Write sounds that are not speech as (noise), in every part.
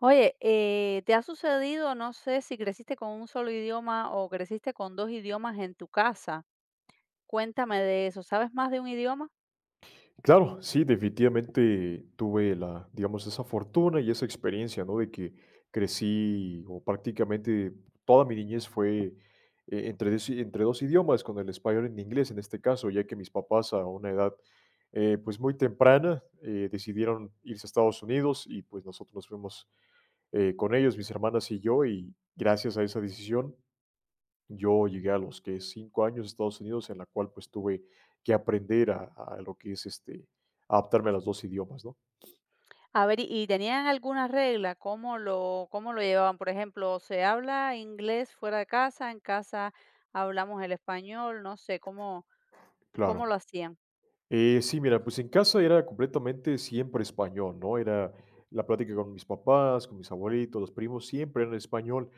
Oye, ¿te ha sucedido, no sé, si creciste con un solo idioma o creciste con dos idiomas en tu casa? Cuéntame de eso. ¿Sabes más de un idioma? Claro, sí, definitivamente tuve digamos, esa fortuna y esa experiencia, ¿no? De que crecí o prácticamente toda mi niñez fue entre dos idiomas, con el español en inglés en este caso, ya que mis papás a una edad pues muy temprana decidieron irse a Estados Unidos y pues nosotros nos fuimos con ellos, mis hermanas y yo, y gracias a esa decisión yo llegué a los que 5 años a Estados Unidos, en la cual, pues, tuve que aprender a lo que es, este, adaptarme a los 2 idiomas, ¿no? A ver, ¿y tenían alguna regla? ¿Cómo lo llevaban? Por ejemplo, ¿se habla inglés fuera de casa? ¿En casa hablamos el español? No sé, cómo Claro. lo hacían? Sí, mira, pues, en casa era completamente siempre español, ¿no? Era la plática con mis papás, con mis abuelitos, los primos, siempre era en español,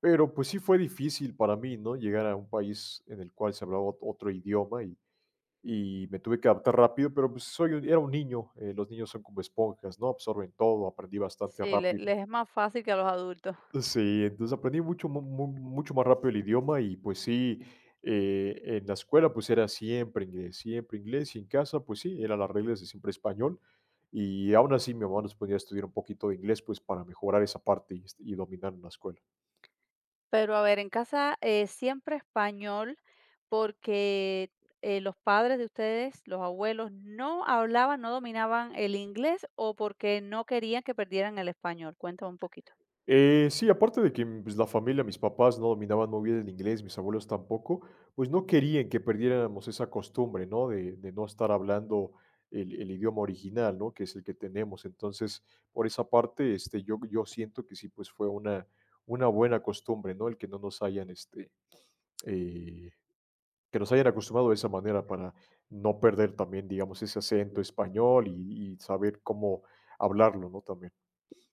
pero, pues, sí fue difícil para mí, ¿no? Llegar a un país en el cual se hablaba ot otro idioma y me tuve que adaptar rápido, pero, pues, soy un era un niño, los niños son como esponjas, ¿no? Absorben todo, aprendí bastante Sí, rápido. les es más fácil que a los adultos. Sí, entonces aprendí mucho más rápido el idioma y pues sí, en la escuela pues era siempre inglés y en casa pues sí, eran las reglas de siempre español y aún así mi mamá nos ponía a estudiar un poquito de inglés pues para mejorar esa parte y, y dominar en la escuela. Pero a ver, en casa, siempre español, porque, los padres de ustedes, los abuelos, no hablaban, no dominaban el inglés, o porque no querían que perdieran el español. Cuéntame un poquito. Sí, aparte de que, pues, la familia, mis papás no dominaban muy bien el inglés, mis abuelos tampoco, pues no querían que perdiéramos esa costumbre, ¿no? De no estar hablando el idioma original, ¿no? Que es el que tenemos. Entonces, por esa parte, este, yo siento que sí, pues, fue una buena costumbre, ¿no? El que no nos hayan, este, eh, que nos hayan acostumbrado de esa manera para no perder también, digamos, ese acento español y saber cómo hablarlo, ¿no? También.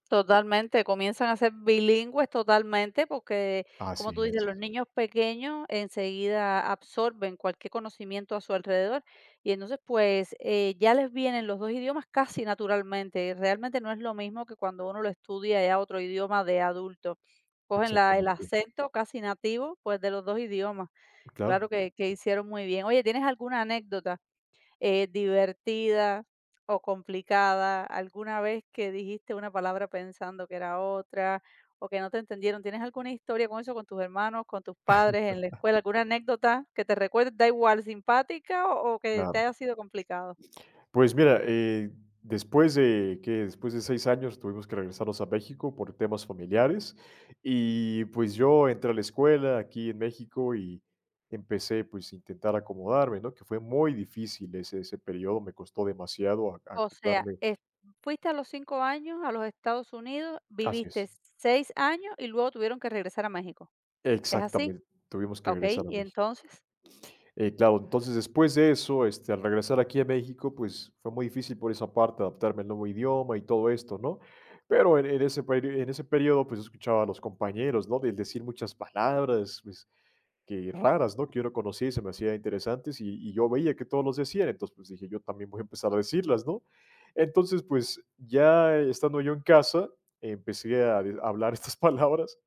Totalmente, comienzan a ser bilingües totalmente porque, Así como tú dices, es. los niños pequeños enseguida absorben cualquier conocimiento a su alrededor y entonces pues ya les vienen los dos idiomas casi naturalmente. Realmente no es lo mismo que cuando uno lo estudia ya otro idioma de adulto. Cogen la, el Exactamente. acento casi nativo pues de los dos idiomas. Claro Claro. que hicieron muy bien. Oye, ¿tienes alguna anécdota? ¿Divertida o complicada? ¿Alguna vez que dijiste una palabra pensando que era otra o que no te entendieron? ¿Tienes alguna historia con eso, con tus hermanos, con tus padres en la escuela? ¿Alguna anécdota que te recuerde, da igual, simpática o que te Claro. haya sido complicado? Pues mira, después de 6 años tuvimos que regresarnos a México por temas familiares y, pues, yo entré a la escuela aquí en México y empecé, pues, a intentar acomodarme, ¿no? Que fue muy difícil ese periodo, me costó demasiado a O sea, acoplarme. Fuiste a los 5 años a los Estados Unidos, Así viviste es. 6 años y luego tuvieron que regresar a México. ¿Es así? Exactamente, tuvimos que Ok, regresar a y México. entonces, Claro, entonces después de eso, este, al regresar aquí a México, pues fue muy difícil por esa parte adaptarme al nuevo idioma y todo esto, ¿no? Pero en ese periodo, pues escuchaba a los compañeros, ¿no? Del decir muchas palabras, pues, que raras, ¿no? Que yo no conocía y se me hacían interesantes y yo veía que todos los decían, entonces pues dije, yo también voy a empezar a decirlas, ¿no? Entonces, pues ya estando yo en casa, empecé a hablar (laughs) estas palabras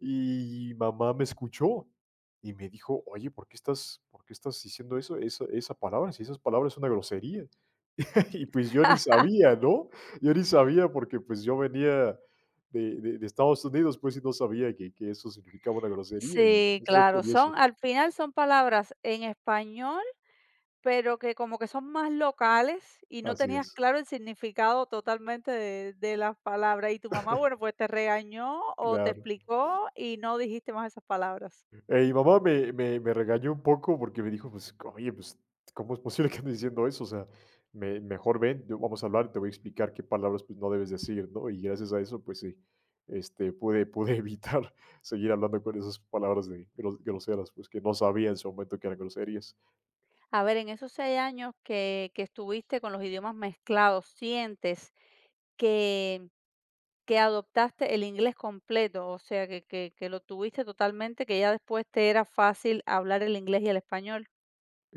y mamá me escuchó y me dijo, oye, ¿por qué estás diciendo esa palabra? Si esas palabras es una grosería. (laughs) Y pues yo ni sabía, ¿no? Yo ni sabía porque pues yo venía de Estados Unidos, pues y no sabía que eso significaba una grosería y sí, es algo claro, curioso. son al final son palabras en español. Pero que como que son más locales y no Así tenías es, claro el significado totalmente de las palabras. Y tu mamá, bueno, pues te regañó o te claro. explicó y no dijiste más esas palabras. Mi mamá me regañó un poco porque me dijo: "Pues, oye, pues, ¿cómo es posible que andes diciendo eso? O sea, me mejor ven, yo vamos a hablar y te voy a explicar qué palabras, pues, no debes decir", ¿no? Y gracias a eso, pues sí, este, pude evitar (laughs) seguir hablando con esas palabras de groseras, pues, que no sabía en su momento que eran groserías. A ver, en esos 6 años que estuviste con los idiomas mezclados, ¿sientes que que adoptaste el inglés completo? O sea, que lo tuviste totalmente, que ya después te era fácil hablar el inglés y el español.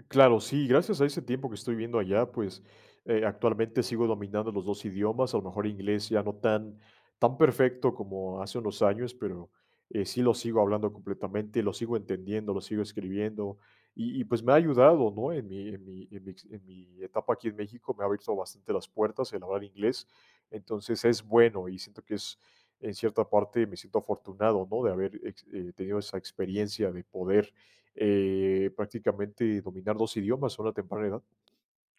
Claro, sí, gracias a ese tiempo que estoy viendo allá, pues actualmente sigo dominando los dos idiomas, a lo mejor inglés ya no tan perfecto como hace unos años, pero sí lo sigo hablando completamente, lo sigo entendiendo, lo sigo escribiendo y, pues me ha ayudado, ¿no? En mi, en mi, en mi ex- en mi etapa aquí en México me ha abierto bastante las puertas el hablar inglés, entonces es bueno y siento que es, en cierta parte me siento afortunado, ¿no? De haber tenido esa experiencia de poder prácticamente dominar 2 idiomas a una temprana edad.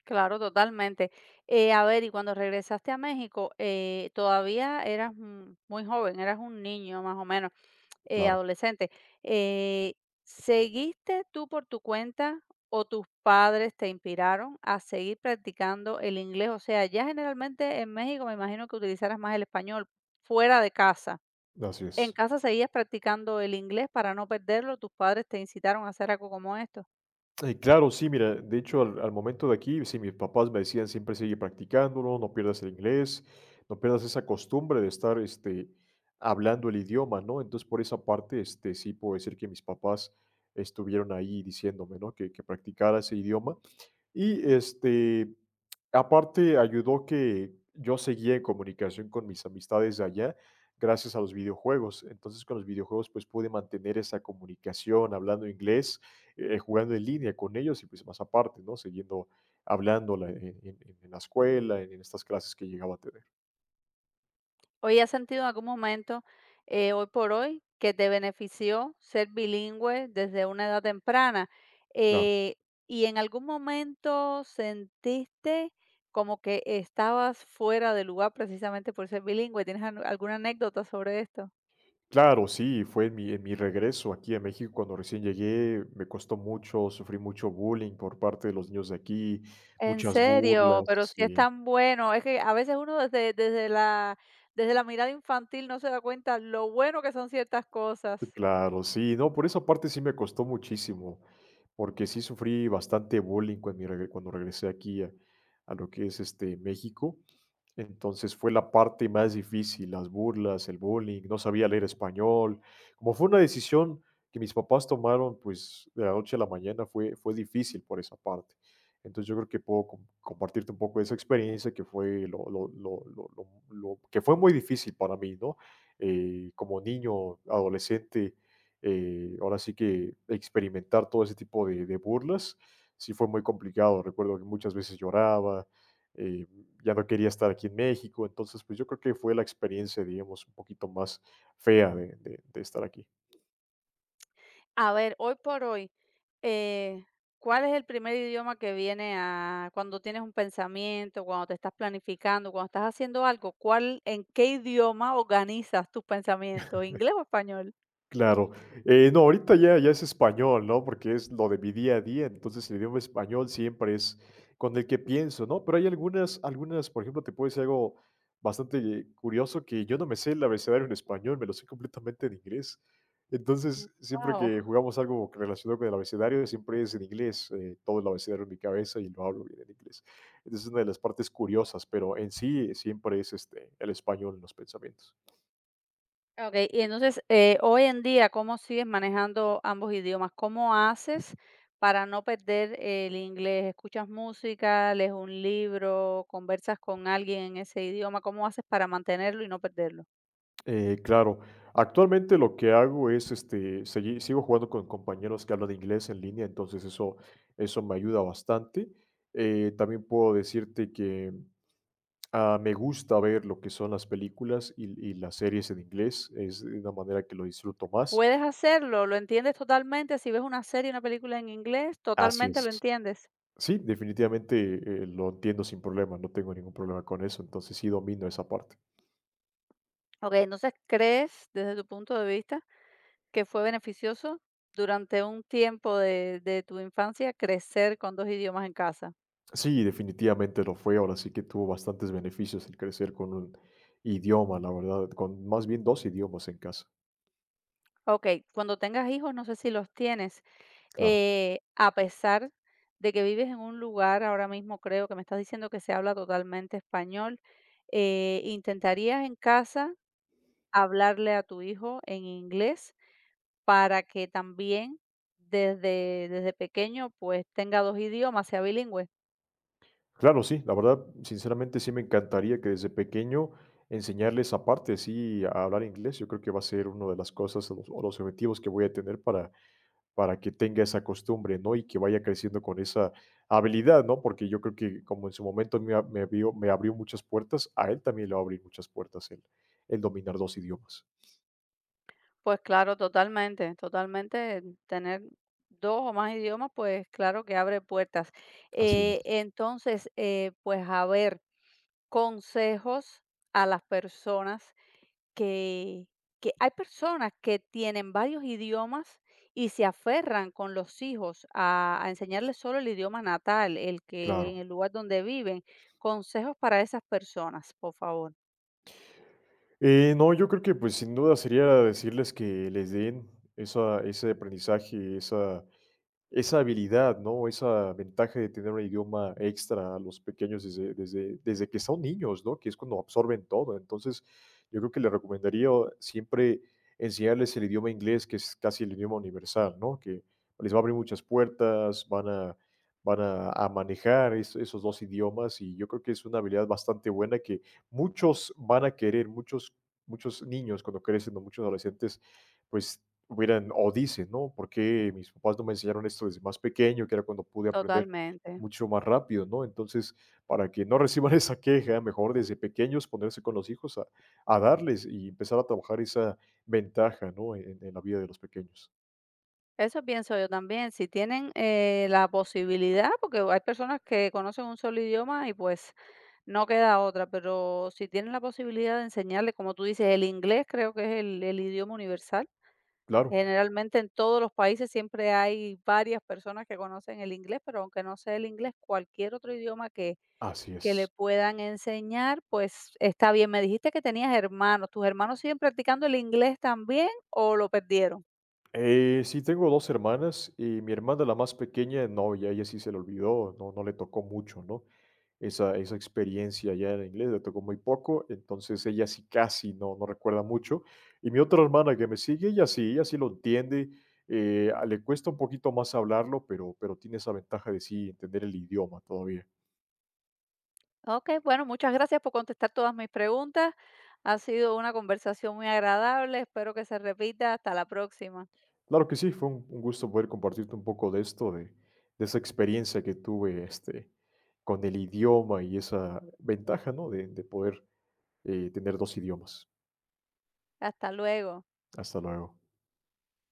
Claro, totalmente. A ver, y cuando regresaste a México, todavía eras muy joven, eras un niño más o menos, Claro, adolescente. Eh, ¿Seguiste tú por tu cuenta o tus padres te inspiraron a seguir practicando el inglés? O sea, ya generalmente en México me imagino que utilizaras más el español fuera de casa. así ¿En es. casa seguías practicando el inglés para no perderlo? ¿Tus padres te incitaron a hacer algo como esto? Claro, sí, mira, de hecho, al momento de aquí, sí, mis papás me decían: "Siempre sigue practicándolo, no pierdas el inglés, no pierdas esa costumbre de estar, este, hablando el idioma", ¿no? Entonces, por esa parte, este, sí puedo decir que mis papás estuvieron ahí diciéndome, ¿no? Que practicara ese idioma. Y este, aparte ayudó que yo seguía en comunicación con mis amistades de allá gracias a los videojuegos. Entonces, con los videojuegos, pues pude mantener esa comunicación hablando inglés, jugando en línea con ellos y pues más aparte, ¿no? Siguiendo hablando en la escuela, en estas clases que llegaba a tener. Hoy ¿has sentido en algún momento, hoy por hoy, que te benefició ser bilingüe desde una edad temprana? Claro. Eh, ¿Y en algún momento sentiste como que estabas fuera de lugar precisamente por ser bilingüe? ¿Tienes alguna anécdota sobre esto? Claro, sí, fue en mi regreso aquí a México cuando recién llegué, me costó mucho, sufrí mucho bullying por parte de los niños de aquí, En muchas serio, pero burlas, si es sí. tan bueno, es que a veces uno desde la mirada infantil no se da cuenta lo bueno que son ciertas cosas. Claro, sí, no, por esa parte sí me costó muchísimo, porque sí sufrí bastante bullying cuando regresé aquí a lo que es este México. Entonces fue la parte más difícil, las burlas, el bullying, no sabía leer español. Como fue una decisión que mis papás tomaron, pues de la noche a la mañana fue difícil por esa parte. Entonces yo creo que puedo compartirte un poco de esa experiencia que fue lo que fue muy difícil para mí, ¿no? Como niño, adolescente, ahora sí que experimentar todo ese tipo de burlas, sí fue muy complicado. Recuerdo que muchas veces lloraba, eh, ya no quería estar aquí en México, entonces pues yo creo que fue la experiencia, digamos, un poquito más fea de estar aquí. A ver, hoy por hoy, eh, ¿cuál es el primer idioma que viene a cuando tienes un pensamiento, cuando te estás planificando, cuando estás haciendo algo? ¿Cuál, en qué idioma organizas tus pensamientos? ¿Inglés o español? Claro. No, ahorita ya es español, ¿no? Porque es lo de mi día a día, entonces el idioma español siempre es con el que pienso, ¿no? Pero hay algunas, por ejemplo, te puedo decir algo bastante curioso, que yo no me sé el abecedario en español, me lo sé completamente en inglés. Entonces, siempre Wow. que jugamos algo relacionado con el abecedario, siempre es en inglés, todo el abecedario en mi cabeza y lo hablo bien en inglés. Esa es una de las partes curiosas, pero en sí siempre es, este, el español en los pensamientos. Ok, y entonces, hoy en día, ¿cómo sigues manejando ambos idiomas? ¿Cómo haces para no perder el inglés? ¿Escuchas música, lees un libro, conversas con alguien en ese idioma? ¿Cómo haces para mantenerlo y no perderlo? Claro. Actualmente lo que hago es, este, sigo jugando con compañeros que hablan inglés en línea, entonces eso me ayuda bastante. También puedo decirte que me gusta ver lo que son las películas y las series en inglés, es una manera que lo disfruto más. Puedes hacerlo, lo entiendes totalmente, si ves una serie, una película en inglés, Así totalmente es. lo entiendes. Sí, definitivamente lo entiendo sin problema, no tengo ningún problema con eso, entonces sí domino esa parte. Okey, entonces, ¿crees, desde tu punto de vista, que fue beneficioso durante un tiempo de tu infancia crecer con 2 idiomas en casa? Sí, definitivamente lo fue. Ahora sí que tuvo bastantes beneficios el crecer con un idioma, la verdad, con más bien dos idiomas en casa. Okey, cuando tengas hijos, no sé si los tienes, Claro. A pesar de que vives en un lugar ahora mismo, creo que me estás diciendo que se habla totalmente español, ¿intentarías en casa hablarle a tu hijo en inglés? Para que también desde pequeño, pues, tenga 2 idiomas, sea bilingüe. Claro, sí, la verdad, sinceramente sí me encantaría que desde pequeño enseñarles aparte, sí, a hablar inglés. Yo creo que va a ser una de las cosas o los objetivos que voy a tener para que tenga esa costumbre, ¿no? Y que vaya creciendo con esa habilidad, ¿no? Porque yo creo que como en su momento me abrió muchas puertas, a él también le va a abrir muchas puertas el dominar dos idiomas. Pues claro, totalmente, totalmente, tener 2 o más idiomas, pues claro que abre puertas. Así es. Entonces, pues, a ver, consejos a las personas que, que hay personas que tienen varios idiomas y se aferran con los hijos a enseñarles solo el idioma natal, el que en Claro. el lugar donde viven. Consejos para esas personas, por favor. No, yo creo que, pues, sin duda sería decirles que les den esa ese aprendizaje, esa habilidad, ¿no? Esa ventaja de tener un idioma extra a los pequeños desde que son niños, ¿no? Que es cuando absorben todo. Entonces, yo creo que le recomendaría siempre enseñarles el idioma inglés, que es casi el idioma universal, ¿no? Que les va a abrir muchas puertas, van a manejar esos dos idiomas y yo creo que es una habilidad bastante buena que muchos van a querer, muchos niños cuando crecen o muchos adolescentes, pues hubieran o dicen, ¿no? ¿Por qué mis papás no me enseñaron esto desde más pequeño? Que era cuando pude aprender Totalmente. mucho más rápido, ¿no? Entonces, para que no reciban (laughs) esa queja, mejor desde pequeños ponerse con los hijos a darles y empezar a trabajar esa ventaja, ¿no? En la vida de los pequeños. Eso pienso yo también. Si tienen la posibilidad, porque hay personas que conocen un solo idioma y pues no queda otra, pero si tienen la posibilidad de enseñarle, como tú dices, el inglés creo que es el idioma universal. Claro, Generalmente en todos los países siempre hay varias personas que conocen el inglés, pero aunque no sea el inglés, cualquier otro idioma así que le es. puedan enseñar, pues está bien. Me dijiste que tenías hermanos. ¿Tus hermanos siguen practicando el inglés también o lo perdieron? Sí, tengo dos hermanas y mi hermana, la más pequeña, no, ya ella sí se le olvidó, no, no le tocó mucho, ¿no? Esa experiencia allá en inglés, le tocó muy poco, entonces ella sí casi no recuerda mucho. Y mi otra hermana que me sigue, ella sí lo entiende, le cuesta un poquito más hablarlo, pero tiene esa ventaja de sí entender el idioma todavía. Ok, bueno, muchas gracias por contestar todas mis preguntas. Ha sido una conversación muy agradable. Espero que se repita. Hasta la próxima. Claro que sí, fue un gusto poder compartirte un poco de esto, de esa experiencia que tuve, este, con el idioma y esa ventaja, ¿no?, de poder, tener 2 idiomas. Hasta luego. Hasta luego.